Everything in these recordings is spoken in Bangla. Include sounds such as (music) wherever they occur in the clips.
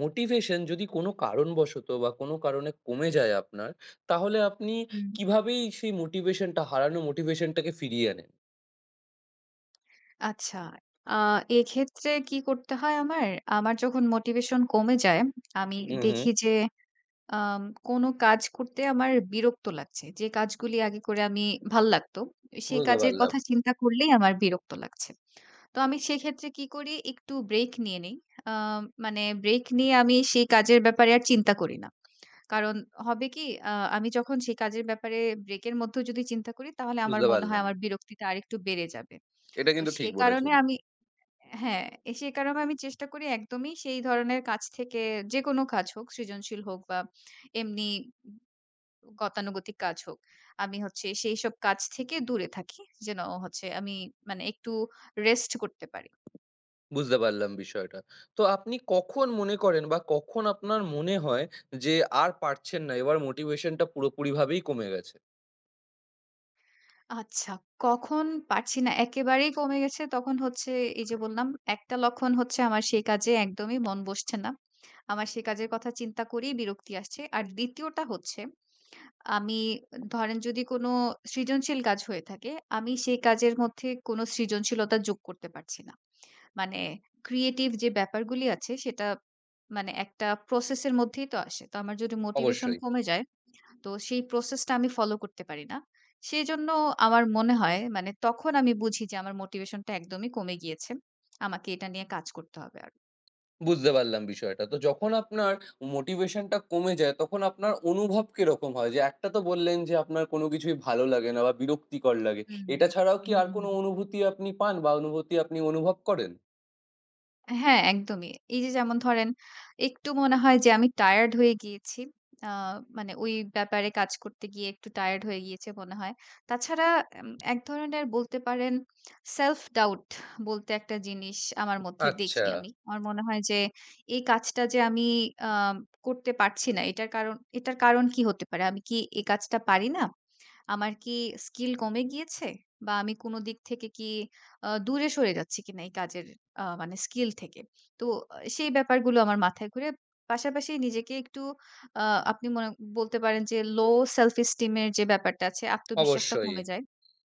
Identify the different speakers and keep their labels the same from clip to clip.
Speaker 1: মোটিভেশন যদি কোনো কারণবশত বা কোনো কারণে কমে যায় আপনার, তাহলে আপনি
Speaker 2: হুম,
Speaker 1: কিভাবেই সেই মোটিভেশনটা হারানো মোটিভেশনটাকে ফিরিয়ে আনেন?
Speaker 2: আচ্ছা। আ এক্ষেত্রে কি করতে হয় আমার? আমার যখন মোটিভেশন কমে যায়, আমি
Speaker 1: হুম, হুম।
Speaker 2: দেখি যে আম কোনো কাজ করতে আমার বিরক্ত লাগছে। যে কাজগুলি আগে করে আমি ভাল লাগতো, সেই
Speaker 1: বুঝতে
Speaker 2: কাজের
Speaker 1: পারলাম,
Speaker 2: কথা চিন্তা করলেই আমার বিরক্ত লাগছে। তো আমি সেক্ষেত্রে কি করি? একটু ব্রেক নিয়ে নেই। আ মানে ব্রেক নিয়ে আমি সেই কাজের ব্যাপারে আর চিন্তা করি না। কারণ হবে কি? আ আমি যখন সেই কাজের ব্যাপারে ব্রেকের মধ্যেও যদি চিন্তা করি, তাহলে আমার
Speaker 1: বুঝতে
Speaker 2: মনে হয়
Speaker 1: পারলাম।
Speaker 2: আমার বিরক্তিটা আরেকটু বেড়ে যাবে।
Speaker 1: এটা
Speaker 2: তো
Speaker 1: কিন্তু ঠিক
Speaker 2: সে কারণে
Speaker 1: বলেছেন।
Speaker 2: আমি হ্যাঁ, সে কারণে আমি চেষ্টা করি একদমই সেই ধরনের কাজ থেকে যেকোনো কাজ হোক, সৃজনশীল হোক বা এমনি গতানুগতিক কাজ হোক। আমি হচ্ছে সেইসব কাজ থেকে দূরে থাকি। যেন হচ্ছে আমি মানে একটু রেস্ট করতে পারি।
Speaker 1: বুঝতে পারলাম বিষয়টা। তো আপনি কখন মনে করেন বা কখন আপনার মনে হয় যে আর পারছেন না, এবার মোটিভেশনটা পুরোপুরিভাবেই কমে গেছে?
Speaker 2: আচ্ছা, কখন পারছি না একেবারেই কমে গেছে তখন হচ্ছে এই যে বললাম একটা লক্ষণ হচ্ছে আমার সেই কাজে একদমই মন বসছে না। আমার সেই কাজের কথা চিন্তা করেই বিরক্তি আসছে। আর ২য় টা হচ্ছে আমি ধরেন যদি কোনো সৃজনশীল কাজ হয়ে থাকে, আমি সেই কাজের মধ্যে কোনো সৃজনশীলতা যোগ করতে পারছি না। মানে ক্রিয়েটিভ যে ব্যাপারগুলি আছে সেটা মানে একটা প্রসেস এর মধ্যেই তো আসে। তো আমার যদি মোটিভেশন
Speaker 1: অবশ্যই।
Speaker 2: কমে যায়, তো সেই প্রসেসটা আমি ফলো করতে পারি না। সেজন্য আমার মনে হয় মানে তখন আমি বুঝি যে আমার মোটিভেশনটা একদমই কমে গিয়েছে। আমাকে এটা নিয়ে কাজ করতে হবে আরো।
Speaker 1: বুঝতে পারলাম বিষয়টা। তো যখন আপনার মোটিভেশন টা কমে যায় তখন আপনার অনুভব কিরকম হয়? যে একটা তো বললেন যে আপনার কোনো কিছুই ভালো লাগে না বা বিরক্তিকর লাগে।
Speaker 2: হুম,
Speaker 1: এটা ছাড়াও কি
Speaker 2: হুম,
Speaker 1: আর
Speaker 2: হুম,
Speaker 1: কোনো
Speaker 2: হুম।
Speaker 1: অনুভূতি আপনি পান বা অনুভূতি আপনি অনুভব করেন?
Speaker 2: হ্যাঁ, একদমই। এই যে যেমন ধরেন একটু মনে হয় যে আমি টায়ার্ড হয়ে গিয়েছি। আ মানে ওই ব্যাপারে কাজ করতে গিয়ে একটু টায়ার্ড হয়ে গিয়েছে মনে হয়। তাছাড়া এক ধরনের বলতে পারেন self doubt বলতে একটা জিনিস আমার মধ্যে
Speaker 1: আচ্ছা,
Speaker 2: দেখি আমি। আমার মনে হয় যে এই কাজটা যে আমি আ করতে পারছি না এটার কারণ এটার কারণ কি হতে পারে? আমি কি এই কাজটা পারি না? আমার কি স্কিল কমে গিয়েছে? বা আমি কোন দিক থেকে কি দূরে সরে যাচ্ছি কিনা এই কাজের মানে স্কিল থেকে? তো সেই ব্যাপারগুলো আমার মাথায় ঘুরে পাশাপাশি নিজেকে একটু আ আপনি মনে বলতে পারেন যে লো সেলফ এস্টিম এর যে ব্যাপারটা আছে আত্মবিশ্বাসটা
Speaker 1: অবশ্যই।
Speaker 2: কমে যায়।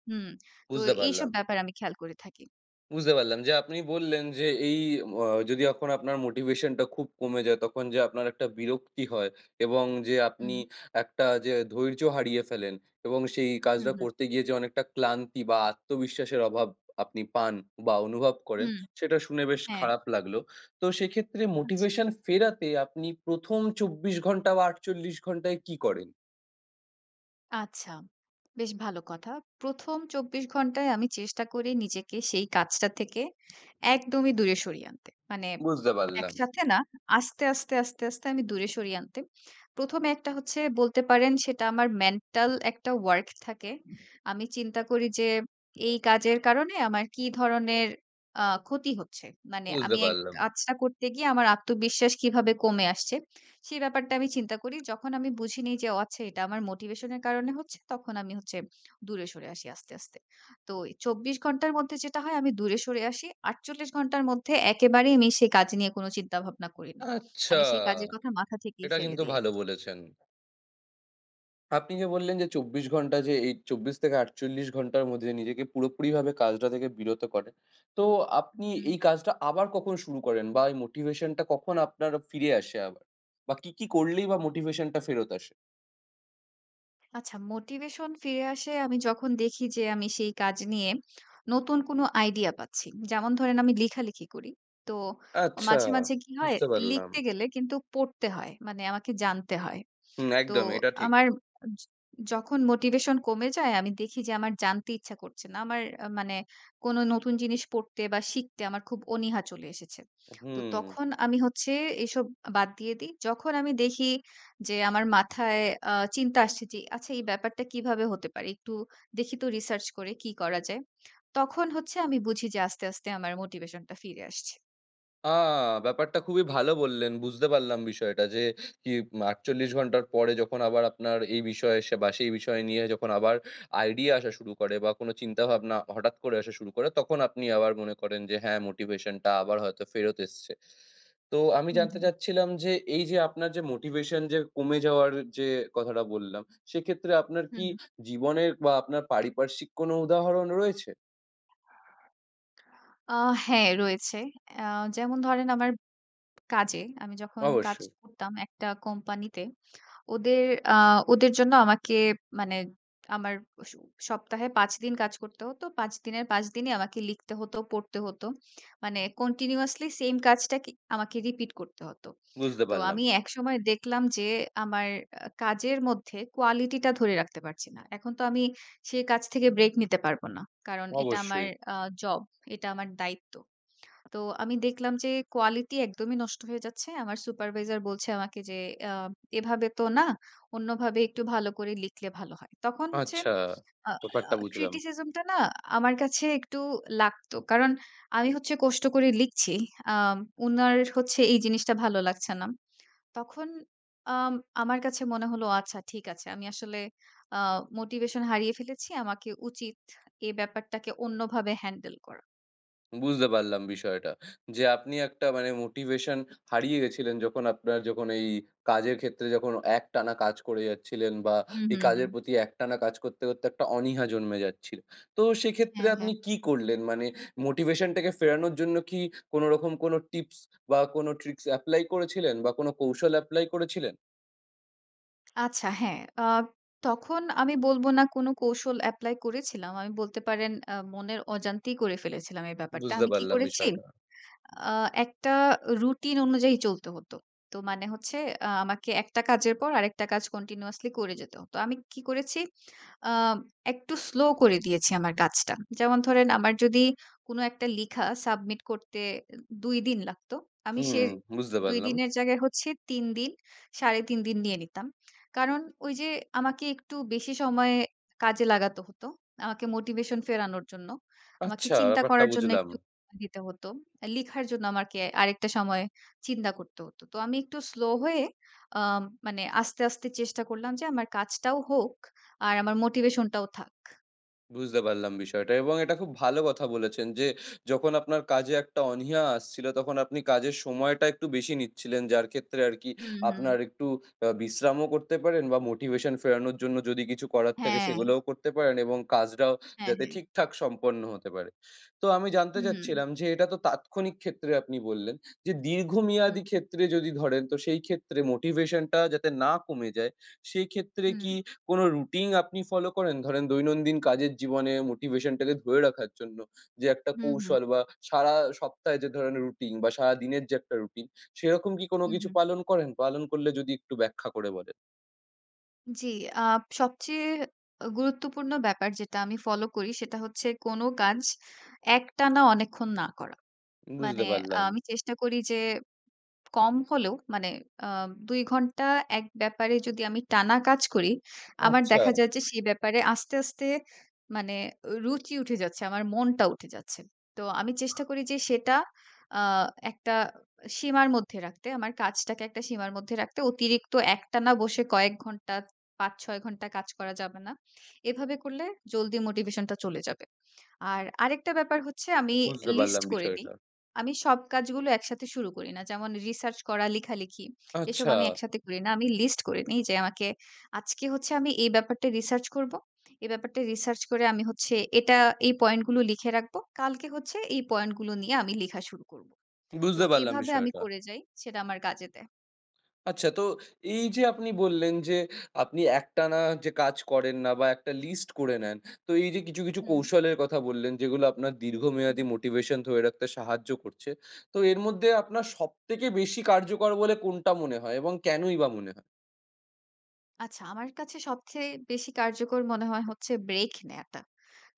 Speaker 2: হুম। তো
Speaker 1: বুঝতে
Speaker 2: এইসব
Speaker 1: পারলাম।
Speaker 2: ব্যাপার আমি খেয়াল করে থাকি।
Speaker 1: বুঝতে পারলাম যে আপনি বললেন যে এই অ যদি এখন আপনার মোটিভেশনটা খুব কমে যায় তখন যে আপনার একটা বিরক্তি হয় এবং যে আপনি
Speaker 2: হুম,
Speaker 1: একটা যে ধৈর্য হারিয়ে ফেলেন এবং সেই
Speaker 2: হুম,
Speaker 1: কাজটা
Speaker 2: হুম,
Speaker 1: করতে গিয়ে যে অনেকটা ক্লান্তি বা আত্মবিশ্বাসের অভাব আপনি পান বা অনুভব করেন
Speaker 2: হুম,
Speaker 1: সেটা শুনে বেশ
Speaker 2: হ্যাঁ।
Speaker 1: খারাপ লাগলো। তো সেক্ষেত্রে
Speaker 2: আচ্ছা।
Speaker 1: মোটিভেশন ফেরাতে আপনি ১ম ২৪ ঘন্টা বা ৪৮ ঘন্টায় কি করেন?
Speaker 2: আচ্ছা। বেশ ভালো কথা। ১ম ২৪ ঘন্টায় আমি চেষ্টা করি নিজেকে সেই কাজটা থেকে একদমই দূরে সরিয়ে আনতে। মানে
Speaker 1: বুঝতে পারলাম,
Speaker 2: একসাথে না, আস্তে, আস্তে, আস্তে, আস্তে আমি দূরে সরিয়ে আনতে। ১ম এ একটা হচ্ছে বলতে পারেন সেটা আমার মেন্টাল একটা ওয়ার্ক থাকে। আমি চিন্তা করি যে এই কাজের কারণে আমার কি ধরনের ক্ষতি হচ্ছে। মানে
Speaker 1: বুঝতে
Speaker 2: আমি
Speaker 1: পারলাম।
Speaker 2: কাজটা করতে গিয়ে আমার আত্মবিশ্বাস কিভাবে কমে আসছে। সেই ব্যাপারটা আমি চিন্তা করি। যখন আমি বুঝি নেই যে ও আচ্ছা এটা আমার মোটিভেশন এর কারণে হচ্ছে, তখন আমি হচ্ছে দূরে সরে আসি আস্তে, আস্তে। তো ২৪ ঘন্টার মধ্যে যেটা হয় আমি দূরে সরে আসি। ৪৮ ঘন্টার মধ্যে একেবারেই আমি সেই কাজ নিয়ে কোনো চিন্তা ভাবনা করি না।
Speaker 1: আচ্ছা!
Speaker 2: আমি সেই কাজের কথা মাথা থেকেই
Speaker 1: এটা
Speaker 2: ফেলে
Speaker 1: কিন্তু
Speaker 2: দেই
Speaker 1: ভালো
Speaker 2: একদম।
Speaker 1: বলেছেন। আপনি যে বললেন যে ২৪ ঘন্টা যে এই ২৪ থেকে ৪৮ ঘন্টার মধ্যে নিজেকে পুরোপুরিভাবে কাজটা থেকে বিরত করেন। তো আপনি
Speaker 2: হুম।
Speaker 1: এই কাজটা আবার কখন শুরু করেন? বা এই মোটিভেশন টা কখন আপনার ফিরে আসে আবার? বা কি, কি করলেই বা মোটিভেশন টা ফেরত আসে?
Speaker 2: আচ্ছা মোটিভেশন ফিরে আসে আমি যখন দেখি যে আমি সেই কাজ নিয়ে নতুন কোনো আইডিয়া পাচ্ছি। যেমন ধরেন আমি লেখালেখি করি। তো
Speaker 1: আচ্ছা,
Speaker 2: মাঝে, মাঝে কি হয়
Speaker 1: বুঝতে পারলাম।
Speaker 2: লিখতে গেলে কিন্তু পড়তে হয়। মানে আমাকে জানতে হয়।
Speaker 1: হুম,
Speaker 2: তো
Speaker 1: একদমই এটা ঠিক।
Speaker 2: আমার য যখন মোটিভেশন কমে যায় আমি দেখি যে আমার জানতে ইচ্ছা করছে না। আমার মানে কোন নতুন জিনিস পড়তে বা শিখতে আমার খুব অনীহা চলে এসেছে। তো
Speaker 1: হুম।
Speaker 2: তখন আমি হচ্ছে এসব বাদ দিয়ে দিই। যখন আমি দেখি যে আমার মাথায় চিন্তা আসছে যে আচ্ছা এই ব্যাপারটা কিভাবে হতে পারে? একটু দেখি তো রিসার্চ করে কি করা যায়। তখন হচ্ছে আমি বুঝি যে আস্তে, আস্তে আমার মোটিভেশনটা ফিরে আসছে।
Speaker 1: আ ব্যাপারটা খুবই ভালো বললেন। বুঝতে পারলাম বিষয়টা যে কি ৪৮ ঘন্টার পরে যখন আবার আপনার এই বিষয়ে সে বা সেই বিষয় নিয়ে যখন আবার আইডিয়া আসা শুরু করে বা কোনো চিন্তাভাবনা হঠাৎ করে আসা শুরু করে তখন আপনি আবার মনে করেন যে হ্যাঁ, মোটিভেশন টা আবার হয়তো ফেরত এসছে। তো আমি
Speaker 2: হুম,
Speaker 1: জানতে চাচ্ছিলাম যে এই যে আপনার যে মোটিভেশন যে কমে যাওয়ার যে কথাটা বললাম, সেক্ষেত্রে আপনার
Speaker 2: হুম,
Speaker 1: কি
Speaker 2: হুম।
Speaker 1: জীবনের বা আপনার পারিপার্শ্বিক কোনো উদাহরণ রয়েছে?
Speaker 2: আ হ্যাঁ, রয়েছে। আ যেমন ধরেন আমার কাজে আমি যখন কাজ
Speaker 1: অবশ্যই,
Speaker 2: করতাম একটা কোম্পানিতে ওদের আ ওদের জন্য আমাকে মানে আমার স সপ্তাহে ৫ দিন কাজ করতে হতো। ৫ দিনের ৫ দিনই আমাকে লিখতে হতো, পড়তে হতো। মানে কন্টিনিউয়াসলি সেইম কাজটাকে আমাকে রিপিট করতে হতো।
Speaker 1: বুঝতে
Speaker 2: তো
Speaker 1: পারলাম।
Speaker 2: আমি একসময় দেখলাম যে আমার কাজের মধ্যে কোয়ালিটিটা ধরে রাখতে পারছি না। এখন তো আমি সেই কাজ থেকে ব্রেক নিতে পারব না। কারণ এটা আমার
Speaker 1: অবশ্যই।
Speaker 2: আ জব, এটা আমার দায়িত্ব। তো আমি দেখলাম যে কোয়ালিটি একদমই নষ্ট হয়ে যাচ্ছে। আমার সুপারভাইজার বলছে আমাকে যে, "আ এভাবে তো না, অন্যভাবে একটু ভালো করে লিখলে ভালো হয়।" তখন হচ্ছে
Speaker 1: আচ্ছা,
Speaker 2: আ আ
Speaker 1: ব্যাপারটা বুঝলাম।
Speaker 2: criticism টা না আমার কাছে একটু লাগতো। কারণ আমি হচ্ছে কষ্ট করে লিখছি। আম উনার হচ্ছে এই জিনিসটা ভালো লাগছে না। তখন আম আমার কাছে মনে হলো আচ্ছা ঠিক আছে। আমি আসলে আ মোটিভেশন হারিয়ে ফেলেছি। আমাকে উচিত এ ব্যাপারটাকে অন্যভাবে হ্যান্ডেল করা।
Speaker 1: বুঝতে পারলাম বিষয়টা। যে আপনি একটা মানে মোটিভেশন হারিয়ে গেছিলেন যখন আপনার যখন এই কাজের ক্ষেত্রে যখন একটানা কাজ করে যাচ্ছিলেন বা
Speaker 2: হুম,
Speaker 1: এই
Speaker 2: হুম,
Speaker 1: কাজের
Speaker 2: হুম।
Speaker 1: প্রতি একটানা কাজ করতে, করতে একটা অনীহা জন্মে যাচ্ছিল। তো সেক্ষেত্রে
Speaker 2: হ্যাঁ,
Speaker 1: আপনি
Speaker 2: হ্যাঁ।
Speaker 1: কি করলেন? মানে মোটিভেশনটাকে ফেরানোর জন্য কি কোনো রকম কোনো টিপস বা কোনো ট্রিকস এপ্লাই করেছিলেন বা কোনো কৌশল এপ্লাই করেছিলেন?
Speaker 2: আচ্ছা হ্যাঁ, তখন আমি বলব না কোন কৌশল এপ্লাই করেছিলাম। আমি বলতে পারেন মনের অজান্তেই করে ফেলেছিলাম এই ব্যাপারটা।
Speaker 1: বুঝতে
Speaker 2: আমি কি
Speaker 1: পারলাম
Speaker 2: করেছি?
Speaker 1: বিষয়টা।
Speaker 2: আ একটা রুটিন অনুযায়ী চলতে হতো। তো মানে হচ্ছে আমাকে একটা কাজের পর আরেকটা কাজ কন্টিনিউয়াসলি করে যেতে হতো। আমি কি করেছি? আ একটু স্লো করে দিয়েছি আমার কাজটা। যেমন ধরেন আমার যদি কোনো একটা লিখা সাবমিট করতে ২ দিন লাগতো, আমি সে
Speaker 1: হুম, বুঝতে
Speaker 2: ২
Speaker 1: পারলাম।
Speaker 2: দিনের জায়গায় হচ্ছে ৩ দিন, ৩.৫ দিন নিয়ে নিতাম। কারণ ওই যে আমাকে একটু বেশি সময় কাজে লাগাতে হতো। আমাকে মোটিভেশন ফেরানোর জন্য, আমাকে
Speaker 1: আচ্ছা,
Speaker 2: চিন্তা
Speaker 1: ব্যাপারটা
Speaker 2: করার জন্য
Speaker 1: বুঝলাম।
Speaker 2: একটু দিতে হতো। লিখার জন্য আমাকে আরেকটা সময় চিন্তা করতে হতো। তো আমি একটু স্লো হয়ে আ মানে আস্তে, আস্তে চেষ্টা করলাম যে আমার কাজটাও হোক আর আমার মোটিভেশন টাও থাক।
Speaker 1: বুঝতে পারলাম বিষয়টা এবং এটা খুব ভালো কথা বলেছেন যে, যখন আপনার কাজে একটা অনীহা আসছিল, তখন আপনি কাজের সময়টা একটু বেশি নিচ্ছিলেন। যার ক্ষেত্রে আরকি
Speaker 2: হুম, হুম।
Speaker 1: আপনার একটু বিশ্রামও করতে পারেন বা মোটিভেশন ফেরানোর জন্য যদি কিছু করার থাকে
Speaker 2: হ্যাঁ,
Speaker 1: সেগুলোও করতে পারেন এবং কাজটাও
Speaker 2: হ্যাঁ,
Speaker 1: যাতে
Speaker 2: হ্যাঁ।
Speaker 1: ঠিকঠাক সম্পন্ন হতে পারে। তো আমি জানতে
Speaker 2: হুম, হুম,
Speaker 1: চাচ্ছিলাম যে, এটা তো তাৎক্ষণিক ক্ষেত্রে আপনি বললেন যে, দীর্ঘমেয়াদী
Speaker 2: হুম,
Speaker 1: ক্ষেত্রে যদি ধরেন তো সেই ক্ষেত্রে মোটিভেশনটা যাতে না কমে যায়, সেক্ষেত্রে কি কোনো রুটিন আপনি ফলো করেন? ধরেন দৈনন্দিন কাজের জীবনে মোটিভেশনটাকে ধরে রাখার জন্য যে একটা
Speaker 2: হুম, হুম,
Speaker 1: কৌশল বা সারা সপ্তাহে যে ধরেন রুটিন বা সারাদিনের যে একটা রুটিন, সেরকম কি কোনো
Speaker 2: হুম,
Speaker 1: কিছু
Speaker 2: হুম।
Speaker 1: পালন করেন? পালন করলে যদি একটু ব্যাখ্যা করে বলেন।
Speaker 2: জি, আ সবচেয়ে গুরুত্বপূর্ণ ব্যাপার যেটা আমি ফলো করি সেটা হচ্ছে কোনো কাজ একটানা অনেকক্ষণ না করা।
Speaker 1: বুঝতে
Speaker 2: মানে
Speaker 1: পারলাম।
Speaker 2: আমি চেষ্টা করি যে কম হলেও মানে আ ২ ঘন্টা এক ব্যাপারে যদি আমি টানা কাজ করি, আমার
Speaker 1: আচ্ছা,
Speaker 2: দেখা যায় যে সেই ব্যাপারে আস্তে, আস্তে মানে রুচি উঠে যাচ্ছে। আমার মনটা উঠে যাচ্ছে। তো আমি চেষ্টা করি যে সেটা আ একটা সীমার মধ্যে রাখতে। আমার কাজটাকে একটা সীমার মধ্যে রাখতে। অতিরিক্ত একটানা বসে কয়েক ঘন্টা ৫-৬ ঘন্টা কাজ করা যাবে না। এভাবে করলে জলদি মোটিভেশনটা চলে যাবে। আর আরেকটা ব্যাপার হচ্ছে আমি
Speaker 1: বুঝতে
Speaker 2: লিস্ট
Speaker 1: পারলাম
Speaker 2: করে দিই।
Speaker 1: বিষয়টা।
Speaker 2: আমি সব কাজগুলো একসাথে শুরু করি না। যেমন রিসার্চ করা, লেখালেখি এসব
Speaker 1: আচ্ছা,
Speaker 2: আমি একসাথে করি না। আমি লিস্ট করে নিই যে আমাকে আজকে হচ্ছে আমি এই ব্যাপারটা রিসার্চ করব। এই ব্যাপারটা রিসার্চ করে আমি হচ্ছে এটা এই পয়েন্টগুলো লিখে রাখবো। কালকে হচ্ছে এই পয়েন্টগুলো নিয়ে আমি লেখা শুরু করব। তো
Speaker 1: বুঝতে পারলাম
Speaker 2: এভাবে আমি
Speaker 1: বিষয়টা।
Speaker 2: করে যাই। সেটা আমার কাজে দেয়।
Speaker 1: আচ্ছা তো এই যে আপনি বললেন যে আপনি একটানা যে কাজ করেন না বা একটা লিস্ট করে নেন। তো এই যে কিছু, কিছু
Speaker 2: হুম,
Speaker 1: কৌশলের কথা বললেন যেগুলো আপনার
Speaker 2: হুম।
Speaker 1: দীর্ঘমেয়াদী মোটিভেশন ধরে রাখতে সাহায্য করছে। তো এর মধ্যে আপনার সবথেকে বেশি কার্যকর বলে কোনটা মনে হয় এবং কেনই বা মনে হয়?
Speaker 2: আচ্ছা, আমার কাছে সবচেয়ে বেশি কার্যকর মনে হয় হচ্ছে ব্রেক নেয়াটা।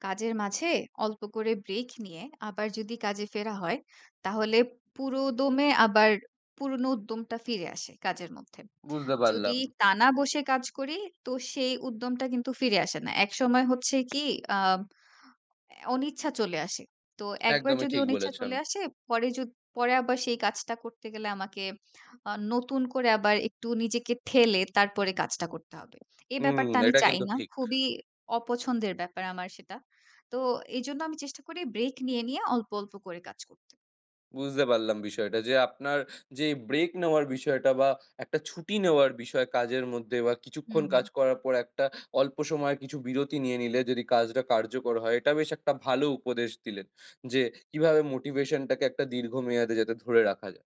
Speaker 2: কাজের মাঝে অল্প করে ব্রেক নিয়ে আবার যদি কাজে ফেরা হয়, তাহলে পুরো দমে আবার পুরনো উদ্যমটা ফিরে আসে কাজের মধ্যে।
Speaker 1: বুঝতে
Speaker 2: যদি
Speaker 1: পারলাম।
Speaker 2: টানা বসে কাজ করি, তো সেই উদ্যমটা কিন্তু ফিরে আসে না। একসময় হচ্ছে কি আ অনিচ্ছা চলে আসে। তো একবার
Speaker 1: একদমই
Speaker 2: যদি
Speaker 1: ঠিক
Speaker 2: অনিচ্ছা
Speaker 1: বলেছেন।
Speaker 2: চলে আসে, পরে যদ পরে আবার সেই কাজটা করতে গেলে আমাকে নতুন করে আবার একটু নিজেকে ঠেলে তারপরে কাজটা করতে হবে। এই
Speaker 1: হুম,
Speaker 2: ব্যাপারটা আমি
Speaker 1: এটা
Speaker 2: চাই
Speaker 1: কিন্তু
Speaker 2: না।
Speaker 1: ঠিক।
Speaker 2: খুবই অপছন্দের ব্যাপার আমার সেটা। তো এজন্য আমি চেষ্টা করি ব্রেক নিয়ে, নিয়ে অল্প, অল্প করে কাজ করতে।
Speaker 1: বুঝতে পারলাম বিষয়টা যে আপনার যে ব্রেক নেওয়ার বিষয়টা বা একটা ছুটি নেওয়ার বিষয় কাজের মধ্যে বা
Speaker 2: হুম,
Speaker 1: কিছুক্ষণ
Speaker 2: হুম।
Speaker 1: কাজ করার পর একটা অল্প সময় কিছু বিরতি নিয়ে নিলে যদি কাজটা কার্যকর হয় এটা বেশ একটা ভালো উপদেশ দিলেন যে কিভাবে মোটিভেশনটাকে একটা দীর্ঘমেয়াদে যাতে ধরে রাখা যায়।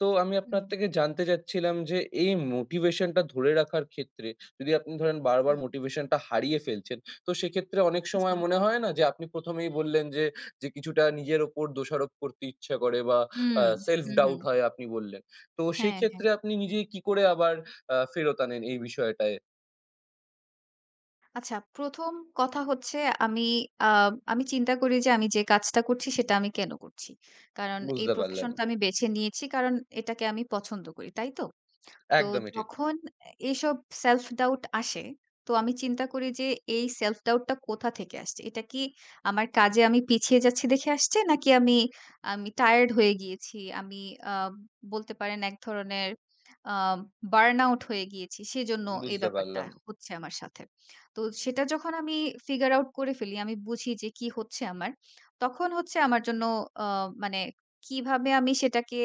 Speaker 1: তো আমি আপনার
Speaker 2: হুম,
Speaker 1: থেকে জানতে চাচ্ছিলাম যে এই মোটিভেশনটা ধরে রাখার ক্ষেত্রে যদি আপনি ধরেন বারবার
Speaker 2: হুম।
Speaker 1: মোটিভেশনটা হারিয়ে ফেলছেন, তো সেক্ষেত্রে অনেক
Speaker 2: জি।
Speaker 1: সময় মনে হয় না যে আপনি ১ম এই বললেন যে, যে কিছুটা নিজের ওপর দোষারোপ করতে ইচ্ছা করে বা
Speaker 2: হুম,
Speaker 1: সেলফ
Speaker 2: হুম,
Speaker 1: ডাউট
Speaker 2: হুম।
Speaker 1: হয় আপনি বললেন। তো সেই
Speaker 2: হ্যাঁ, হ্যাঁ।
Speaker 1: ক্ষেত্রে আপনি নিজে কি করে আবার ফেরত আনেন এই বিষয়টায়?
Speaker 2: আচ্ছা, ১ম কথা হচ্ছে আমি আ আমি চিন্তা করি যে আমি যে কাজটা করছি সেটা আমি কেন করছি? কারণ এই
Speaker 1: বুঝতে পারলাম।
Speaker 2: প্রফেশনটা আমি বেছে নিয়েছি কারণ এটাকে আমি পছন্দ করি। তাই তো? তো
Speaker 1: একদমই ঠিক।
Speaker 2: যখন এসব self doubt আসে, তো আমি চিন্তা করি যে এই self doubt টা কোথা থেকে আসছে? এটা কি আমার কাজে আমি পিছিয়ে যাচ্ছি দেখে আসছে? নাকি আমি আমি টায়ার্ড হয়ে গিয়েছি। আমি আ বলতে পারেন এক ধরনের আ বার্ন আউট হয়ে গিয়েছি। সেজন্য এই
Speaker 1: বুঝতে
Speaker 2: ব্যাপারটা
Speaker 1: পারলাম,
Speaker 2: হচ্ছে আমার সাথে। তো সেটা যখন আমি ফিগার আউট করে ফেলি, আমি বুঝি যে কি হচ্ছে আমার। তখন হচ্ছে আমার জন্য আ মানে কিভাবে আমি সেটাকে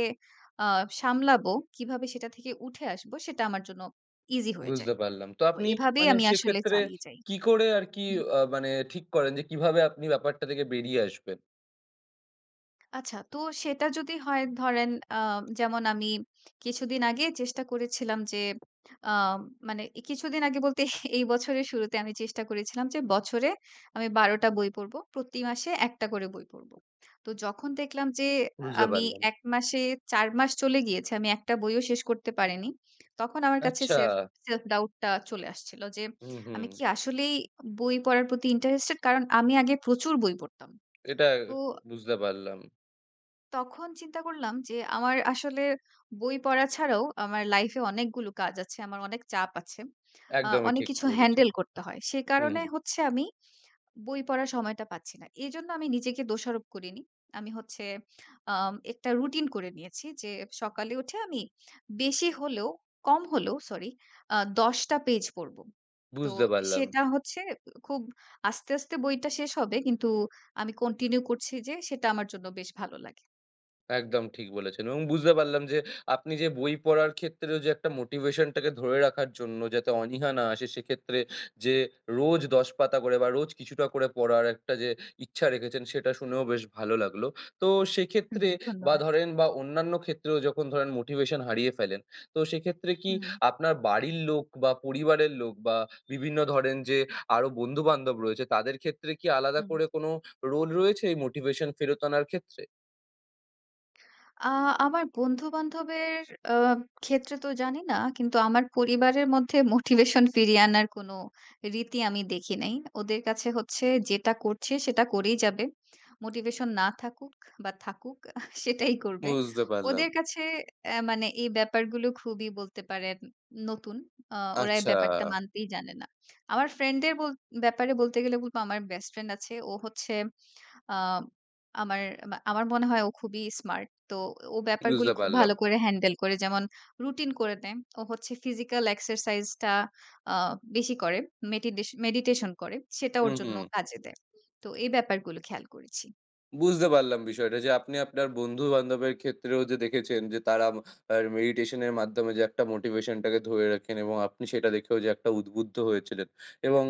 Speaker 2: আ সামলাবো, কিভাবে সেটা থেকে উঠে আসবো সেটা আমার জন্য ইজি হয়ে যায়।
Speaker 1: বুঝতে পারলাম। তো
Speaker 2: তো
Speaker 1: আপনি
Speaker 2: এভাবেই
Speaker 1: মানে
Speaker 2: আমি আসলে
Speaker 1: সেক্ষেত্রে
Speaker 2: চালিয়ে যাই।
Speaker 1: কি করে আরকি মানে ঠিক করেন যে কিভাবে আপনি ব্যাপারটা থেকে বেরিয়ে আসবেন?
Speaker 2: আচ্ছা, তো সেটা যদি হয় ধরেন যেমন আমি কিছুদিন আগে চেষ্টা করেছিলাম যে আ মানে এই কিছুদিন আগে বলতে (laughs) এই বছরের শুরুতে আমি চেষ্টা করেছিলাম যে বছরে আমি ১২ টা বই পড়ব। প্রতি মাসে ১ টা করে বই পড়ব। তো যখন দেখলাম যে
Speaker 1: বুঝতে
Speaker 2: আমি
Speaker 1: পারলাম।
Speaker 2: ১ মাসে ৪ মাস চলে গিয়েছে, আমি ১ টা বইও শেষ করতে পারিনি। তখন আমার কাছে
Speaker 1: আচ্ছা,
Speaker 2: সেলফ সেলফ ডাউট টা চলে আসছিল যে
Speaker 1: হুম, হুম।
Speaker 2: আমি কি আসলেই বই পড়ার প্রতি ইন্টারেস্টেড? কারণ আমি আগে প্রচুর বই পড়তাম।
Speaker 1: এটা
Speaker 2: তো
Speaker 1: বুঝতে পারলাম।
Speaker 2: তখন চিন্তা করলাম যে আমার আসলে বই পড়া ছাড়াও আমার লাইফে অনেকগুলো কাজ আছে। আমার অনেক চাপ আছে।
Speaker 1: একদমই
Speaker 2: অনেক
Speaker 1: ঠিক
Speaker 2: কিছু
Speaker 1: বলেছেন।
Speaker 2: হ্যান্ডেল করতে হয়। সে
Speaker 1: হুম,
Speaker 2: কারণে হচ্ছে আমি বই পড়ার সময়টা পাচ্ছি না। এজন্য আমি নিজেকে দোষারোপ করিনি। আমি হচ্ছে একটা রুটিন করে নিয়েছি যে সকালে উঠে আমি বেশি হলেও কম হলেও সরি ১০ টা পেজ পড়ব। তো
Speaker 1: বুঝতে পারলাম।
Speaker 2: সেটা হচ্ছে খুব আস্তে, আস্তে বইটা শেষ হবে। কিন্তু আমি কন্টিনিউ করছি যে সেটা আমার জন্য বেশ ভালো লাগে।
Speaker 1: একদম ঠিক বলেছেন এবং বুঝতে পারলাম যে আপনি যে বই পড়ার ক্ষেত্রেও যে একটা মোটিভেশনটাকে ধরে রাখার জন্য যাতে অনীহা না আসে সেক্ষেত্রে যে রোজ ১০ পাতা করে বা রোজ কিছুটা করে পড়ার একটা যে ইচ্ছা রেখেছেন সেটা শুনেও বেশ ভালো লাগলো। তো
Speaker 2: হুম,
Speaker 1: সেক্ষেত্রে
Speaker 2: হুম,
Speaker 1: বা
Speaker 2: ধন্যবাদ।
Speaker 1: ধরেন বা অন্যান্য ক্ষেত্রেও যখন ধরেন মোটিভেশন হারিয়ে ফেলেন তো সেক্ষেত্রে কি
Speaker 2: হুম,
Speaker 1: আপনার বাড়ির লোক বা পরিবারের লোক বা বিভিন্ন ধরেন যে আরো বন্ধু বান্ধব রয়েছে তাদের ক্ষেত্রে কি আলাদা
Speaker 2: হুম।
Speaker 1: করে কোনো রোল রয়েছে এই মোটিভেশন ফেরত আনার ক্ষেত্রে?
Speaker 2: আ আমার বন্ধু-বান্ধবের আ ক্ষেত্রে তো জানি না। কিন্তু আমার পরিবারের মধ্যে মোটিভেশন ফিরিয়ে আনার কোনো রীতি আমি দেখি নাই। ওদের কাছে হচ্ছে যেটা করছে সেটা করেই যাবে। মোটিভেশন না থাকুক বা থাকুক (laughs) সেটাই করবে।
Speaker 1: বুঝতে পারলাম।
Speaker 2: ওদের কাছে মানে এই ব্যাপারগুলো খুবই বলতে পারেন নতুন। আ ওরা এই
Speaker 1: আচ্ছা,
Speaker 2: ব্যাপারটা মানতেই জানে না। আমার ফ্রেন্ডদের ব্যাপারে বলতে গেলে বলব আমার বেস্ট ফ্রেন্ড আছে। ও হচ্ছে আ আমার মা আমার মনে হয় ও খুবই স্মার্ট। তো ও ব্যাপারগুলো
Speaker 1: বুঝতে
Speaker 2: খুব
Speaker 1: পারলাম।
Speaker 2: ভালো করে হ্যান্ডেল করে। যেমন রুটিন করে নেয়। ও হচ্ছে ফিজিক্যাল এক্সারসাইজ টা আ বেশি করে। মেডিটেশন করে। সেটা ওর
Speaker 1: হুম,
Speaker 2: জন্য
Speaker 1: হুম।
Speaker 2: কাজে দেয়। তো এই ব্যাপারগুলো খেয়াল করেছি।
Speaker 1: বুঝতে পারলাম বিষয়টা যে আপনি আপনার বন্ধু-বান্ধবের ক্ষেত্রেও যে দেখেছেন যে তারা আর মেডিটেশন এর মাধ্যমে যে একটা মোটিভেশনটাকে ধরে রাখেন এবং আপনি সেটা দেখেও যে একটা উদ্বুদ্ধ হয়েছিলেন। এবং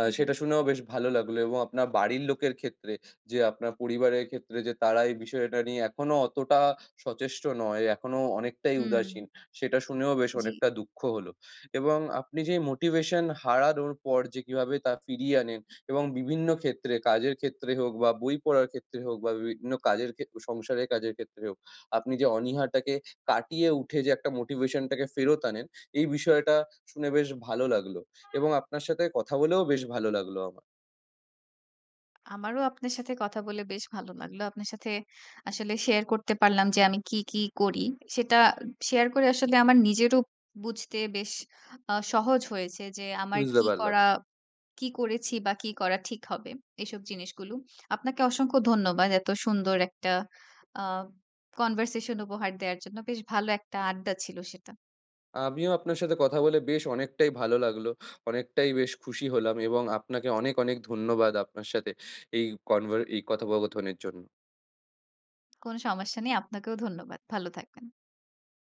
Speaker 2: হু, হু।
Speaker 1: সেটা শুনেও বেশ ভালো লাগলো এবং আপনার বাড়ির লোকের ক্ষেত্রে যে আপনার পরিবারের ক্ষেত্রে যে তারা এই বিষয়টা নিয়ে এখনো অতটা সচেষ্ট নয়, এখনো অনেকটাই
Speaker 2: হুম।
Speaker 1: উদাসীন। সেটা শুনেও বেশ
Speaker 2: জি।
Speaker 1: অনেকটা দুঃখ হলো। এবং আপনি যে মোটিভেশন হারানোর পর যে কিভাবে তা ফিরিয়ে আনেন এবং বিভিন্ন ক্ষেত্রে, কাজের ক্ষেত্রে হোক বা বই পড়ার ক্ষেত্রে হোক বা বিভিন্ন কাজের সংসারের কাজের ক্ষেত্রে হোক, আপনি যে অনীহাটাকে কাটিয়ে উঠে যে একটা মোটিভেশনটাকে ফেরত আনেন, এই বিষয়টা শুনে বেশ ভালো লাগলো এবং আপনার সাথে কথা বলেও বেশ ভালো লাগলো আমার।
Speaker 2: আমারও আপনার সাথে কথা বলে বেশ ভালো লাগলো। আপনার সাথে আসলে শেয়ার করতে পারলাম যে আমি কি, কি করি। সেটা শেয়ার করে আসলে আমার নিজেরও বুঝতে বেশ সহজ হয়েছে যে আমার
Speaker 1: বুঝতে পারলাম।
Speaker 2: কি করেছি বা কি করা ঠিক হবে এসব জিনিসগুলো। আপনাকে অসংখ্য ধন্যবাদ। এত সুন্দর একটা আ কনভারসেশন উপহার দেওয়ার জন্য। বেশ ভালো একটা আড্ডা ছিল সেটা।
Speaker 1: আমিও আপনার সাথে কথা বলে বেশ অনেকটাই ভালো লাগলো। অনেকটাই বেশ খুশি হলাম এবং আপনাকে অনেক, অনেক ধন্যবাদ আপনার সাথে এই কথোপকথনের জন্য।
Speaker 2: কোন সমস্যা নেই। আপনাকেও ধন্যবাদ। ভালো থাকবেন।